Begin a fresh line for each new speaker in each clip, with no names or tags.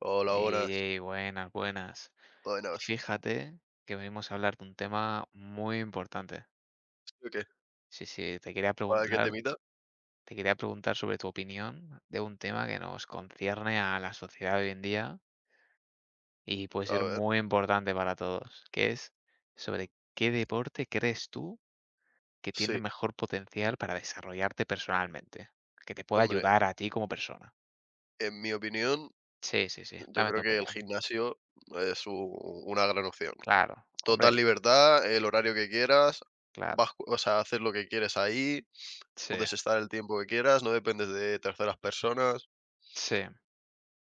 Hola,
Ey, ey,
buenas,
ey, buenas, buenas.
buenas.
Fíjate que venimos a hablar de un tema muy importante.
¿Qué?
Sí, sí, te quería
¿Para qué
preguntar,
temita?
te quería preguntar sobre tu opinión de un tema que nos concierne a la sociedad de hoy en día y puede
A
ser
ver.
muy importante para todos, que es sobre qué deporte crees tú que tiene
Sí,
mejor potencial para desarrollarte personalmente, que te pueda
hombre,
ayudar a ti como persona.
en mi opinión,
Sí, sí, sí,
yo
dame tu
creo que el
opinión.
gimnasio es una gran opción.
Claro,
Total
hombre,
libertad, el horario que quieras,
claro.
vas, o sea, haces lo que quieres ahí,
Sí,
puedes estar el tiempo que quieras, no dependes de terceras personas
sí,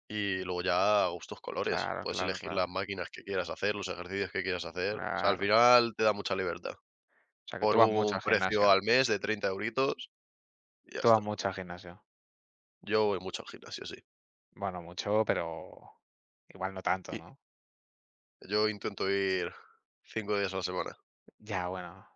y luego ya a gustos colores.
claro,
Puedes
claro,
elegir las
claro.
máquinas que quieras hacer, los ejercicios que quieras hacer. O sea, al
Claro.
final te da mucha libertad.
O sea, que tú
Por
vas mucho
un
al
precio
gimnasio.
al mes de 30 euritos, y ya
Tú vas
está.
mucho al gimnasio.
Yo voy mucho al gimnasio, sí.
Bueno, mucho, pero igual no tanto, ¿no?
Yo intento ir 5 días a la semana.
Ya, bueno.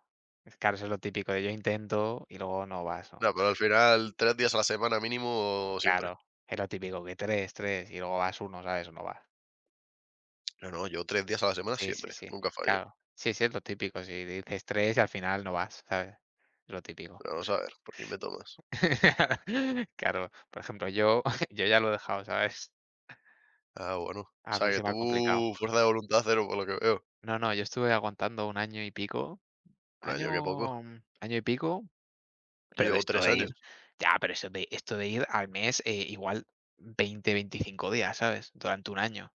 Es claro, eso es lo típico de yo intento y luego no vas, ¿no?
No, pero al final 3 días a la semana mínimo siempre.
Claro, es lo típico que tres, tres y luego vas uno, ¿sabes? O no vas.
No, no, yo 3 días a la semana
Sí, sí,
siempre,
sí.
nunca fallo.
Claro. Sí, sí, es lo típico. Si dices tres y al final no vas, ¿sabes? Es lo típico.
Pero vamos a ver, ¿por qué me tomas?
Claro, por ejemplo, yo, yo ya lo he dejado, ¿sabes?
Ah, bueno. O
A
sea
mí
que
se me ha complicado.
tú fuerza de voluntad cero por lo que veo.
No, no, yo estuve aguantando un año y pico.
Un año, qué poco.
Año y pico,
Yo
pero de
llevo
esto
3
de ir
años.
ya, pero eso de esto de ir al mes, igual 20 25 días, ¿sabes? Durante un año.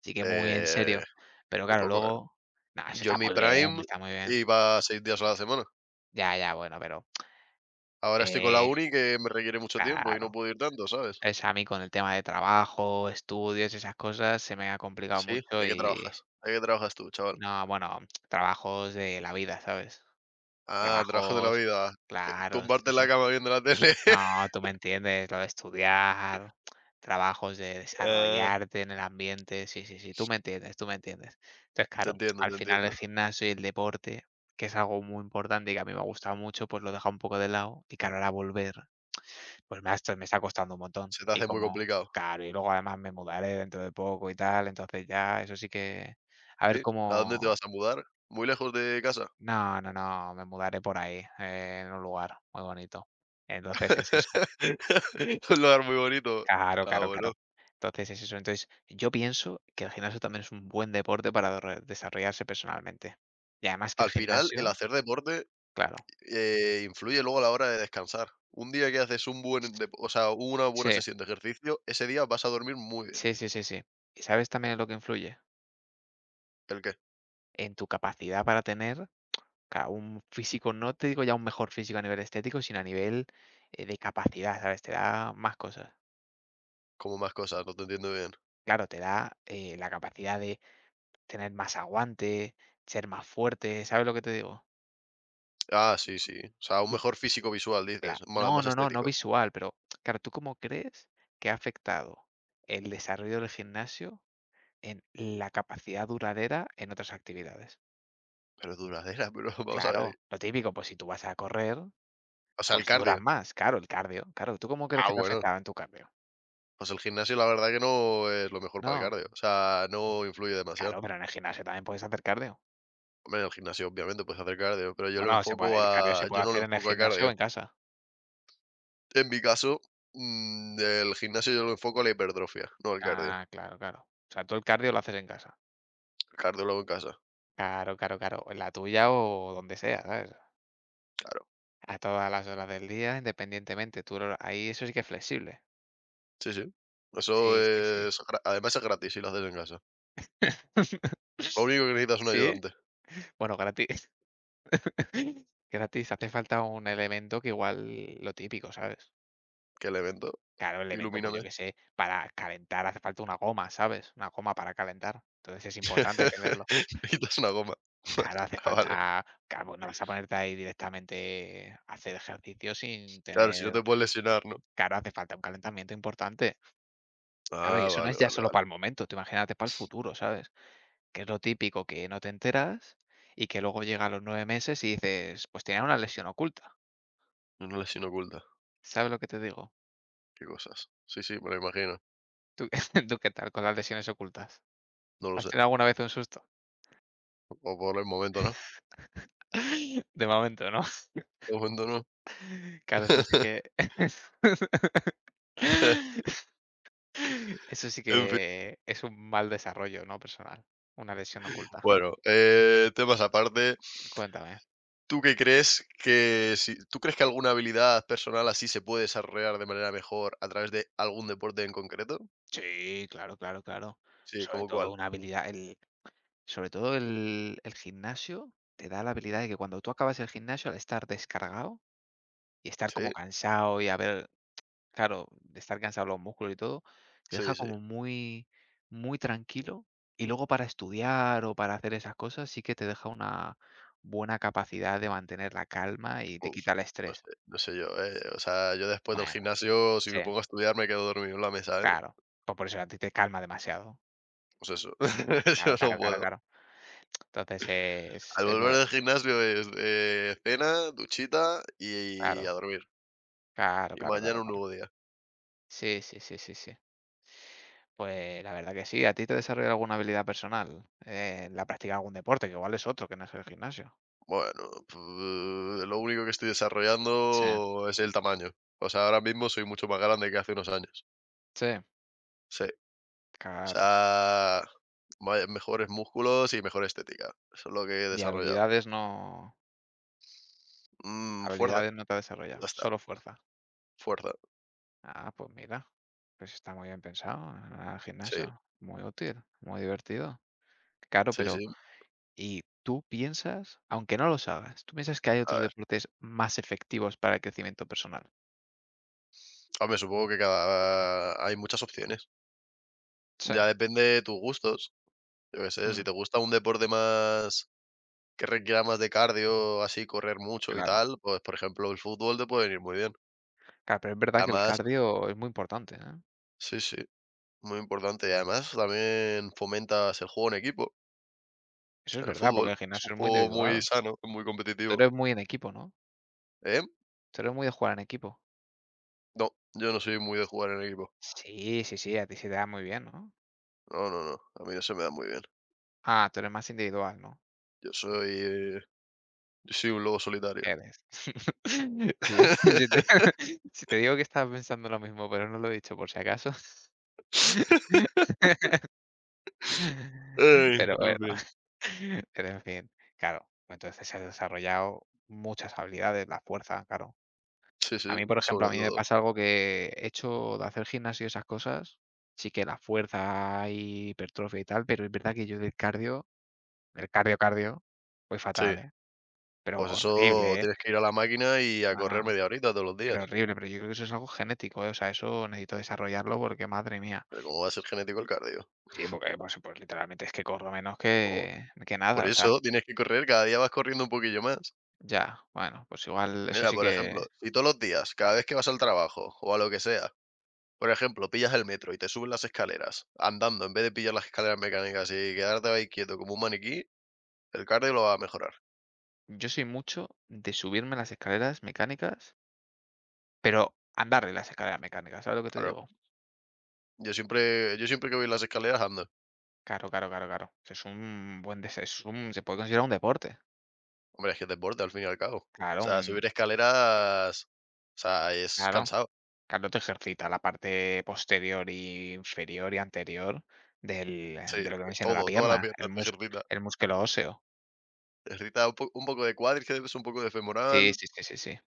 Así que muy en
Eh,
serio. Pero
muy
claro,
poco, ¿eh?
luego nada eso
Yo en
está
mi
muy bien,
prime
está muy bien.
iba 6 días a la semana.
Ya, ya, bueno, pero,
Ahora estoy con la
eh,
uni que me requiere mucho tiempo y no
claro.
puedo ir tanto, ¿sabes?
Es a mí con el tema de trabajo, estudios esas cosas se me ha complicado
Sí,
mucho
¿de qué
y
trabajas? ¿De qué trabajas tú, chaval?
no, bueno, trabajos de la vida, ¿sabes?
Ah, trabajas de la
Trabajos,
vida.
claro,
Tumbarte
tú
en la cama viendo la tele.
No, tú me entiendes, lo de estudiar, trabajos de
Ah,
desarrollarte en el ambiente, sí, sí, sí, tú me entiendes, tú me entiendes. Entonces,
te
claro,
entiendo,
al
te
final el
entiendo.
gimnasio y el deporte, que es algo muy importante y que a mí me ha gustado mucho, pues lo he dejado un poco de lado y claro, ahora volver, pues me está costando un montón.
Se te
Y
hace muy
como,
complicado,
claro, y luego además me mudaré dentro de poco y tal, entonces ya, eso sí que, a ver
¿sí? ¿A dónde te
cómo...
vas a mudar? ¿Muy lejos de casa?
No, no, no, me mudaré por ahí, en un lugar muy bonito. Entonces es eso.
Un lugar muy bonito.
Claro,
Ah,
claro,
bueno.
claro. Entonces es eso. Entonces, yo pienso que el gimnasio también es un buen deporte para dorre desarrollarse personalmente. Y además que
Al
el
final, el
gimnasio
hacer deporte,
claro.
influye luego a la hora de descansar. Un día que haces un buen dep o sea, una
Sí,
buena sesión de ejercicio, ese día vas a dormir muy bien.
sí, sí, sí, sí. ¿Y sabes también en lo que influye?
¿El qué?
En tu capacidad para tener, claro, un físico, no te digo ya un mejor físico a nivel estético, sino a nivel, de capacidad, ¿sabes? Te da más cosas.
Como más cosas? No te entiendo bien.
Claro, te da, la capacidad de tener más aguante, ser más fuerte, ¿sabes lo que te digo?
Ah, sí, sí. O sea, un mejor físico visual
Cla
dices, ma
No,
más
no, no, no
estético.
visual, pero claro, ¿tú cómo crees que ha afectado el desarrollo del gimnasio en la capacidad duradera en otras actividades?
Pero duradera, pero vamos a ver.
Claro, lo típico, pues si tú vas a correr,
O sea, el
pues duran
cardio.
más, claro, el cardio. Claro, ¿tú cómo crees
Ah,
que te ha
bueno.
afectado en tu cardio?
Pues el gimnasio la verdad que no es lo mejor para el
No,
cardio, o sea, no influye demasiado.
claro, pero en el gimnasio también puedes hacer cardio.
Hombre, en el gimnasio obviamente puedes hacer cardio, pero
Bueno, se puede, el cardio se puede
yo no lo
hacer en el
enfoco a
gimnasio o
cardio.
en casa.
En mi caso, el gimnasio yo lo enfoco a la hipertrofia, no al cardio.
Ah, claro, claro. O sea, tú el cardio lo haces en casa.
El cardio lo hago en casa,
Claro, claro, claro. O en la tuya o donde sea, ¿sabes?
claro.
A todas las horas del día, independientemente, tú lo ahí eso sí que es flexible.
Sí, sí. Eso
Sí, sí, sí.
es gra además es gratis si lo haces en casa. Lo único que necesitas es un
Sí,
ayudante.
bueno, gratis. Gratis, hace falta un elemento que igual lo típico, ¿sabes?
¿Qué elemento?
Claro, el elemento, pues yo
Ilumíname.
qué sé, para calentar hace falta una goma, ¿sabes? Una goma para calentar. Entonces es importante tenerlo.
Necesitas una goma.
Claro, hace
Ah, vale.
falta, claro, no vas a ponerte ahí directamente a hacer ejercicio sin
Claro, si no te
tener,
puedes lesionar, ¿no?
claro, hace falta un calentamiento importante. Claro, y
Ah,
eso no
vale,
es ya
vale,
solo para
vale.
el momento, tú imagínate para el futuro, ¿sabes? Que es lo típico que no te enteras y que luego llega a los 9 meses y dices: "Pues tenía una lesión oculta".
Una lesión oculta.
¿Sabes lo que te digo?
Qué cosas. Sí, sí, me lo imagino.
¿Tú tú qué tal con las lesiones ocultas?
No lo
¿Has
sé.
tenido alguna vez un susto?
O por el momento no.
De momento, ¿no?
De momento no.
Claro, eso sí que eso sí
En fin.
que es un mal desarrollo, ¿no?, personal, una lesión oculta.
Bueno, temas aparte,
Cuéntame.
¿tú qué crees que si tú crees que alguna habilidad personal así se puede desarrollar de manera mejor a través de algún deporte en concreto?
Sí, claro, claro, claro.
Sí,
Sobre
¿cómo
todo
cuál?
una habilidad el Sobre todo el gimnasio te da la habilidad de que cuando tú acabas el gimnasio, al estar descargado y estar como
Sí,
cansado y haber, claro, de estar cansado los músculos y todo, te deja
sí, sí.
como muy, muy tranquilo. Y luego para estudiar o para hacer esas cosas sí que te deja una buena capacidad de mantener la calma y te
Uf,
quita el
no
estrés.
sé, no sé yo. O sea, yo después del
Bueno,
gimnasio, si
sí,
me pongo a estudiar, me quedo dormido en la mesa, ¿eh?
claro. Pues por eso a ti te calma demasiado.
Pues eso, yo
Claro,
no
claro, claro,
puedo.
claro. Entonces es
Al
es lo
volver
que
del gimnasio es, cena, duchita y a
claro,
dormir.
claro,
Y
claro,
mañana
claro,
un
claro.
nuevo día.
Sí, sí, sí, sí, sí. Pues la verdad que sí. ¿A ti te desarrolla alguna habilidad personal? La práctica de algún deporte, que igual es otro, que no es el gimnasio.
Bueno, lo único que estoy
Sí.
desarrollando es el tamaño. O sea, ahora mismo soy mucho más grande que hace unos años.
Sí,
Sí, o
claro.
sea, vaya, mejores músculos y mejor estética. Eso es lo que he
Y
desarrollado.
habilidades no
Fuerza,
Habilidades no te ha
ya
desarrollado,
está.
solo fuerza.
Fuerza,
Ah, pues mira, pues está muy bien pensado, el
sí,
gimnasio, muy útil, muy divertido. Claro,
sí,
pero
sí.
¿y tú piensas, aunque no los hagas, tú piensas que hay
A
otros
ver,
deportes más efectivos para el crecimiento personal?
hombre, supongo que hay muchas opciones.
Sí,
Ya depende de tus gustos. Yo qué sé, si
mm,
te gusta un deporte más que requiera más de cardio, así correr mucho y
claro.
tal, pues por ejemplo el fútbol te puede venir muy bien.
Claro, pero es verdad que el
Además,
cardio es muy importante, ¿eh?
sí, sí, muy importante. Y además también fomentas el juego en equipo,
Eso es
en el
verdad,
fútbol.
porque el
Es un
gimnasio es muy
juego muy
individual.
sano, muy
Tú
competitivo.
eres muy en equipo, ¿no?
¿Eh?
Tú eres muy de jugar en equipo.
No, yo no soy muy de jugar en equipo.
Sí, sí, sí, a ti se te da muy bien, ¿no?
No, no, no. A mí no se me da muy bien.
Ah, tú eres más individual, ¿no?
Yo soy, eh, yo soy un lobo solitario.
Eres. Si te si te digo que estaba pensando lo mismo, pero no lo he dicho por si acaso.
Ay,
Pero
en
bueno,
fin.
pero en fin, claro, entonces se ha desarrollado muchas habilidades, la fuerza, claro.
Sí,
A
sí,
mí, por ejemplo,
sobre
a mí me
todo.
pasa algo que he hecho de hacer gimnasio y esas cosas, sí que la fuerza y hipertrofia y tal, pero es verdad que yo del cardio, del cardio, voy
Sí,
fatal, ¿eh? Pero
pues eso
horrible, ¿eh?
tienes que ir a la máquina y a
No,
correr
no,
media horita todos los
pero
días.
horrible, pero yo creo que eso es algo genético, ¿eh? O sea, eso necesito desarrollarlo porque madre mía.
Pero ¿cómo va a ser genético el cardio?
Sí, porque pues literalmente es que corro menos
No.
que, nada,
Por
o sea,
eso tienes que correr, cada día vas corriendo un poquillo más.
ya, bueno, pues igual, eso
Mira,
sí
por
que
ejemplo, si todos los días, cada vez que vas al trabajo o a lo que sea, por ejemplo, pillas el metro y te subes las escaleras andando en vez de pillar las escaleras mecánicas y quedarte ahí quieto como un maniquí, el cardio lo va a mejorar.
yo soy mucho de subirme las escaleras mecánicas, pero andar en las escaleras mecánicas, ¿sabes lo que te
Claro.
digo?
Yo siempre que voy las escaleras ando.
Claro, claro, claro, claro. Es un buen des es un Se puede considerar un deporte.
Hombre, es que es deporte al fin y al cabo. O
Claro,
sea,
un
subir escaleras, o sea, es
claro,
cansado.
claro, te ejercita la parte posterior y inferior y anterior del
Sí,
de lo que viene siendo la
toda la
pierna,
pierna te ejercita.
el músculo óseo.
Te ejercita un poco de cuádriceps, un poco de
Sí,
femoral.
sí, sí, sí, sí.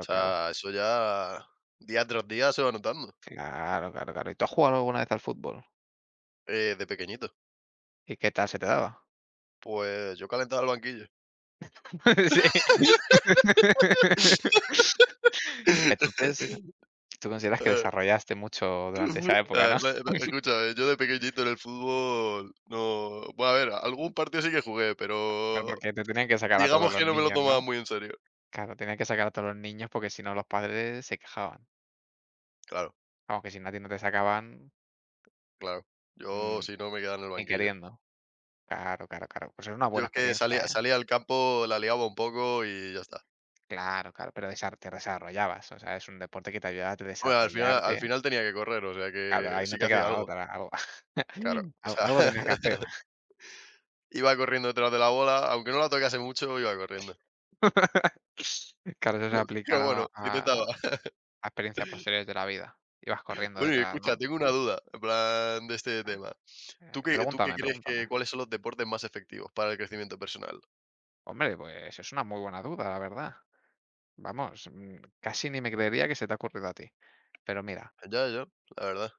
O
claro,
sea, eso ya día tras día se va notando,
claro, claro, claro. ¿Y tú has jugado alguna vez al fútbol?
de pequeñito.
¿Y qué tal se te daba?
Pues yo calentaba el banquillo.
Sí. Entonces, tú consideras que
Eh,
desarrollaste mucho durante esa época,
eh,
¿no?
me- me- escúchame, yo de pequeñito en el fútbol no. Bueno, a ver, algún partido sí que jugué,
Claro,
pero
porque te tenían que sacar a todos
digamos que
los
no me lo
niños,
tomaba
¿no?
muy en serio.
Claro, tenía que sacar a todos los niños porque si no los padres se quejaban.
Claro,
Vamos, que si no a ti no te sacaban,
claro. Yo
mm,
si no me quedaba en el
ni
banquillo.
queriendo. Claro, claro, claro. Pues es una
Yo
buena
es que
experiencia,
salía,
¿eh?
salía al campo, la liaba un poco y ya está.
Claro, claro, pero desar te desarrollabas, o sea, es un deporte que te ayuda a
Bueno, al final, al
desarrollarte.
final tenía que correr, o sea
Claro,
que
ahí
sí
no
que
te
hacía
quedaba
algo.
otra, algo
Claro. O
al
sea,
algo tenías que hacer.
iba corriendo detrás de la bola, aunque no la tocase mucho, iba corriendo.
Claro, eso se aplica,
Pero
¿no?
bueno,
a
se intentaba.
experiencias posteriores de la vida. Ibas corriendo
Bueno, y
detrás,
escucha,
¿no?
tengo una duda, en plan, de este tema. ¿Tú qué
Pregúntame,
crees
pregúntame.
que cuáles son los deportes más efectivos para el crecimiento personal?
Hombre, pues es una muy buena duda, la verdad. Vamos, casi ni me creería que se te ha ocurrido a ti. Pero mira,
Ya, ya, la verdad.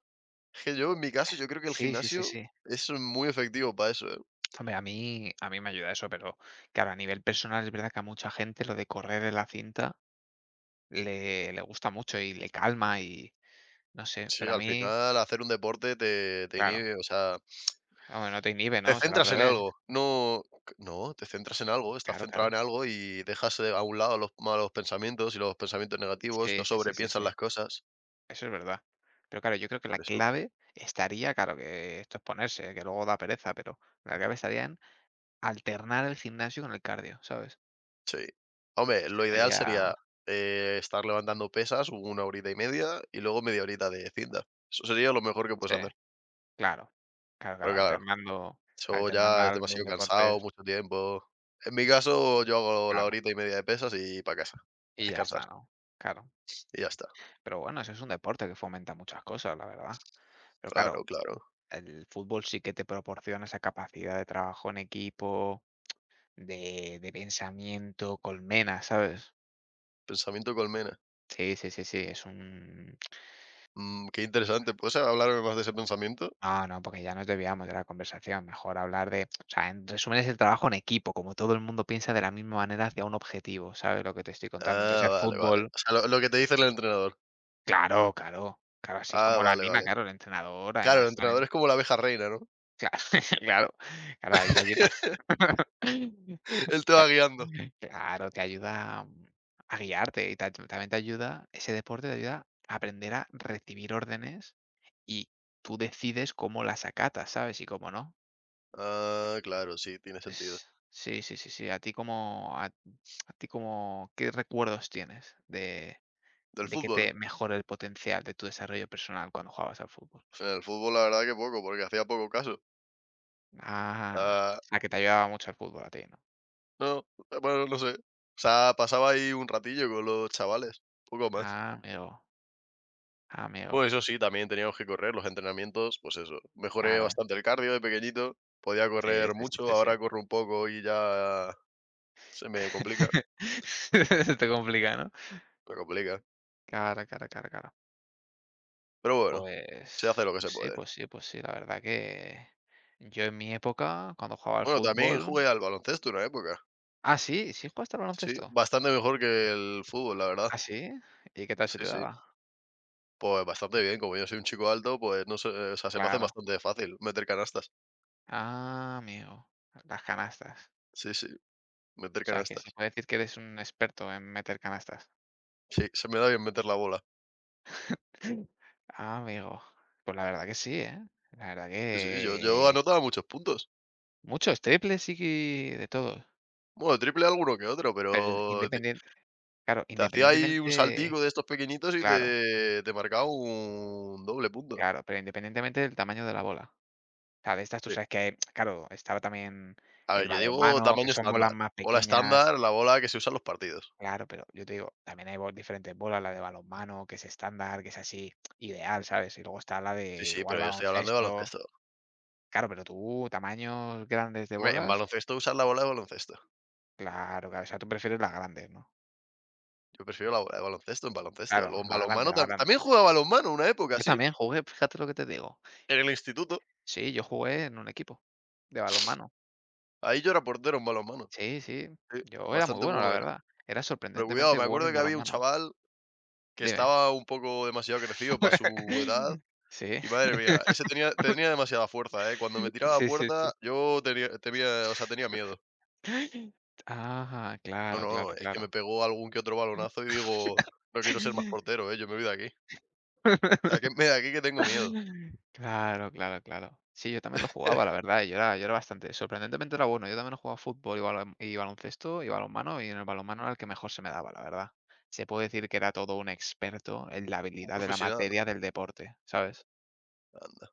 Es que yo, en mi caso, yo creo que el
sí, sí, sí,
gimnasio
sí.
es muy efectivo para eso, ¿eh?
Hombre, a mí me ayuda eso, pero claro, a nivel personal es verdad que a mucha gente lo de correr en la cinta le gusta mucho y le calma y no sé,
Sí,
pero a
al
mí,
final hacer un deporte te
claro,
inhibe, o sea,
hombre, no te inhibe,
te
¿no? Será al
centras en
revés.
algo, no no, te centras en algo, estás
Claro,
centrado en
claro.
algo y dejas, a un lado los malos pensamientos y los pensamientos negativos, no
Sí, sí, sí, sí,
sobrepiensas
sí.
las cosas,
Eso es verdad. Pero claro, yo creo que la
por eso.
clave estaría, claro, que esto es ponerse, que luego da pereza, pero la clave estaría en alternar el gimnasio con el cardio, ¿sabes?
Sí. Hombre, lo ideal
Sería,
sería, estar levantando pesas una horita y media y luego media horita de cinta. Eso sería lo mejor que puedes
sí.
hacer,
Claro, claro,
pero
claro,
claro,
alternando
eso
alternando
ya
a
es
los
demasiado cansado,
deportes,
mucho tiempo. En mi caso, yo hago la
claro,
horita y media de pesas y para casa, a
y ya
descansar
está, ¿no? Claro.
y ya está.
Pero bueno, eso es un deporte que fomenta muchas cosas, la verdad. Pero
Claro,
claro,
claro.
el fútbol sí que te proporciona esa capacidad de trabajo en equipo, de pensamiento, colmena, ¿sabes?
Pensamiento colmena.
Sí, sí, sí, sí, es un
Qué interesante, ¿puedes hablarme más de ese pensamiento?
no, no, porque ya nos desviamos de la conversación, mejor hablar de o sea, en resumen, es el trabajo en equipo, como todo el mundo piensa de la misma manera hacia un objetivo, ¿sabes lo que te estoy contando?
Ah,
Entonces, el
vale, vale.
fútbol
O sea, lo que te dice el entrenador.
Claro, claro, claro, así es
Ah,
como lo
vale,
anima,
vale.
claro, el entrenador,
Claro, el
además
entrenador
también,
es como la abeja reina, ¿no?
claro, claro, claro, ahí te ayuda.
Él te va guiando.
Claro, te ayuda, a guiarte y ta también te ayuda ese deporte te ayuda a aprender a recibir órdenes y tú decides cómo las acatas, ¿sabes? Y cómo no.
Ah, claro, sí, tiene sentido.
Entonces, sí, sí, sí, sí, a ti cómo ¿qué recuerdos tienes de
Del
de que
fútbol.
te mejore el potencial de tu desarrollo personal cuando jugabas al fútbol?
En el fútbol, la verdad que poco, porque hacía poco caso.
Ah,
Ah,
a que te ayudaba mucho el fútbol a ti, ¿no?
no, bueno, no sé. O sea, pasaba ahí un ratillo con los chavales, poco más.
Ah, amigo,
Bueno,
amigo.
eso sí, también teníamos que correr los entrenamientos, pues eso. Mejoré
Claro.
bastante el cardio de pequeñito, podía
Sí,
correr
sí, sí,
mucho,
sí, sí.
ahora corro un poco y ya se me complica,
Se te complica, ¿no?
me complica.
Claro, claro, claro, claro.
Pero bueno, se hace
Pues
lo que se
pues sí,
puede.
pues sí, pues sí, la verdad que yo en mi época, cuando jugaba al
Bueno, también
fútbol
jugué al baloncesto una época.
Ah, ¿sí? ¿Sí jugaste al
Sí,
baloncesto?
bastante mejor que el fútbol, la verdad.
¿Ah, sí? ¿Y qué tal se
Sí,
te
sí.
daba?
Pues bastante bien, como yo soy un chico alto, pues no sé, o sea, se me hace
Claro.
bastante fácil meter canastas.
Ah, amigo. Las canastas.
Sí, sí, meter
O sea, que se
canastas.
puede decir que eres un experto en meter canastas.
Sí, se me da bien meter la bola.
Ah, amigo. Pues la verdad que sí, ¿eh? La verdad
Sí, sí, yo
que
anotaba muchos puntos.
muchos triples y que de todo.
Bueno, triple alguno que otro,
Pero
pero te,
claro,
te hacía ahí un
independientemente,
saltico de estos pequeñitos y
claro,
te marcaba un doble punto.
claro, pero independientemente del tamaño de la bola. O sea, de estas tú
Sí.
sabes que, claro, estaba también
A ver,
el
yo digo
balonmano, que
tamaño
son bolas
estándar.
más
Bola
pequeñas,
estándar, la bola que se usa en los partidos.
claro, pero yo te digo, también hay diferentes bolas, la de balonmano, que es estándar, que es así, ideal, ¿sabes? Y luego está la
Sí,
de
sí,
igual
pero yo estoy hablando de
baloncesto,
baloncesto.
claro, pero tú, tamaños grandes de
Hombre, en
bolas.
baloncesto usar la bola de baloncesto.
Claro, claro, o sea, tú prefieres las grandes, ¿no?
Yo prefiero la bola de baloncesto en baloncesto.
Claro,
Luego en
la grande,
balonmano
la grande.
también jugaba balonmano una época,
Yo
sí.
también jugué, fíjate lo que te digo.
En el instituto,
Sí, yo jugué en un equipo de balonmano.
ahí yo era portero en balonmano,
Sí, sí,
sí,
yo era muy
bastante
bueno, la
bueno era.
verdad. Era
Pero cuidado,
sorprendentemente
me
bueno
acuerdo
en
que había un
balonmano.
chaval que
Dime.
estaba un poco demasiado crecido para su edad
Sí.
y madre mía, ese tenía demasiada fuerza, ¿eh? Cuando me tiraba a
Sí, sí, sí.
puerta yo tenía, o sea, tenía miedo.
Ajá,
No, no,
claro,
no,
claro,
es que me
claro.
pegó algún que otro balonazo y digo: "No quiero ser más portero, ¿eh? Yo me voy de aquí. Sáquenme de aquí que tengo miedo".
Claro, claro, claro. Sí, yo también lo jugaba, la verdad, y yo era bastante sorprendentemente era bueno. Yo también he jugado fútbol y baloncesto y balonmano, y en el balonmano era el que mejor se me daba, la verdad. Se puede decir que era todo un experto en la
Un
habilidad de la
profesional.
materia del deporte, ¿sabes?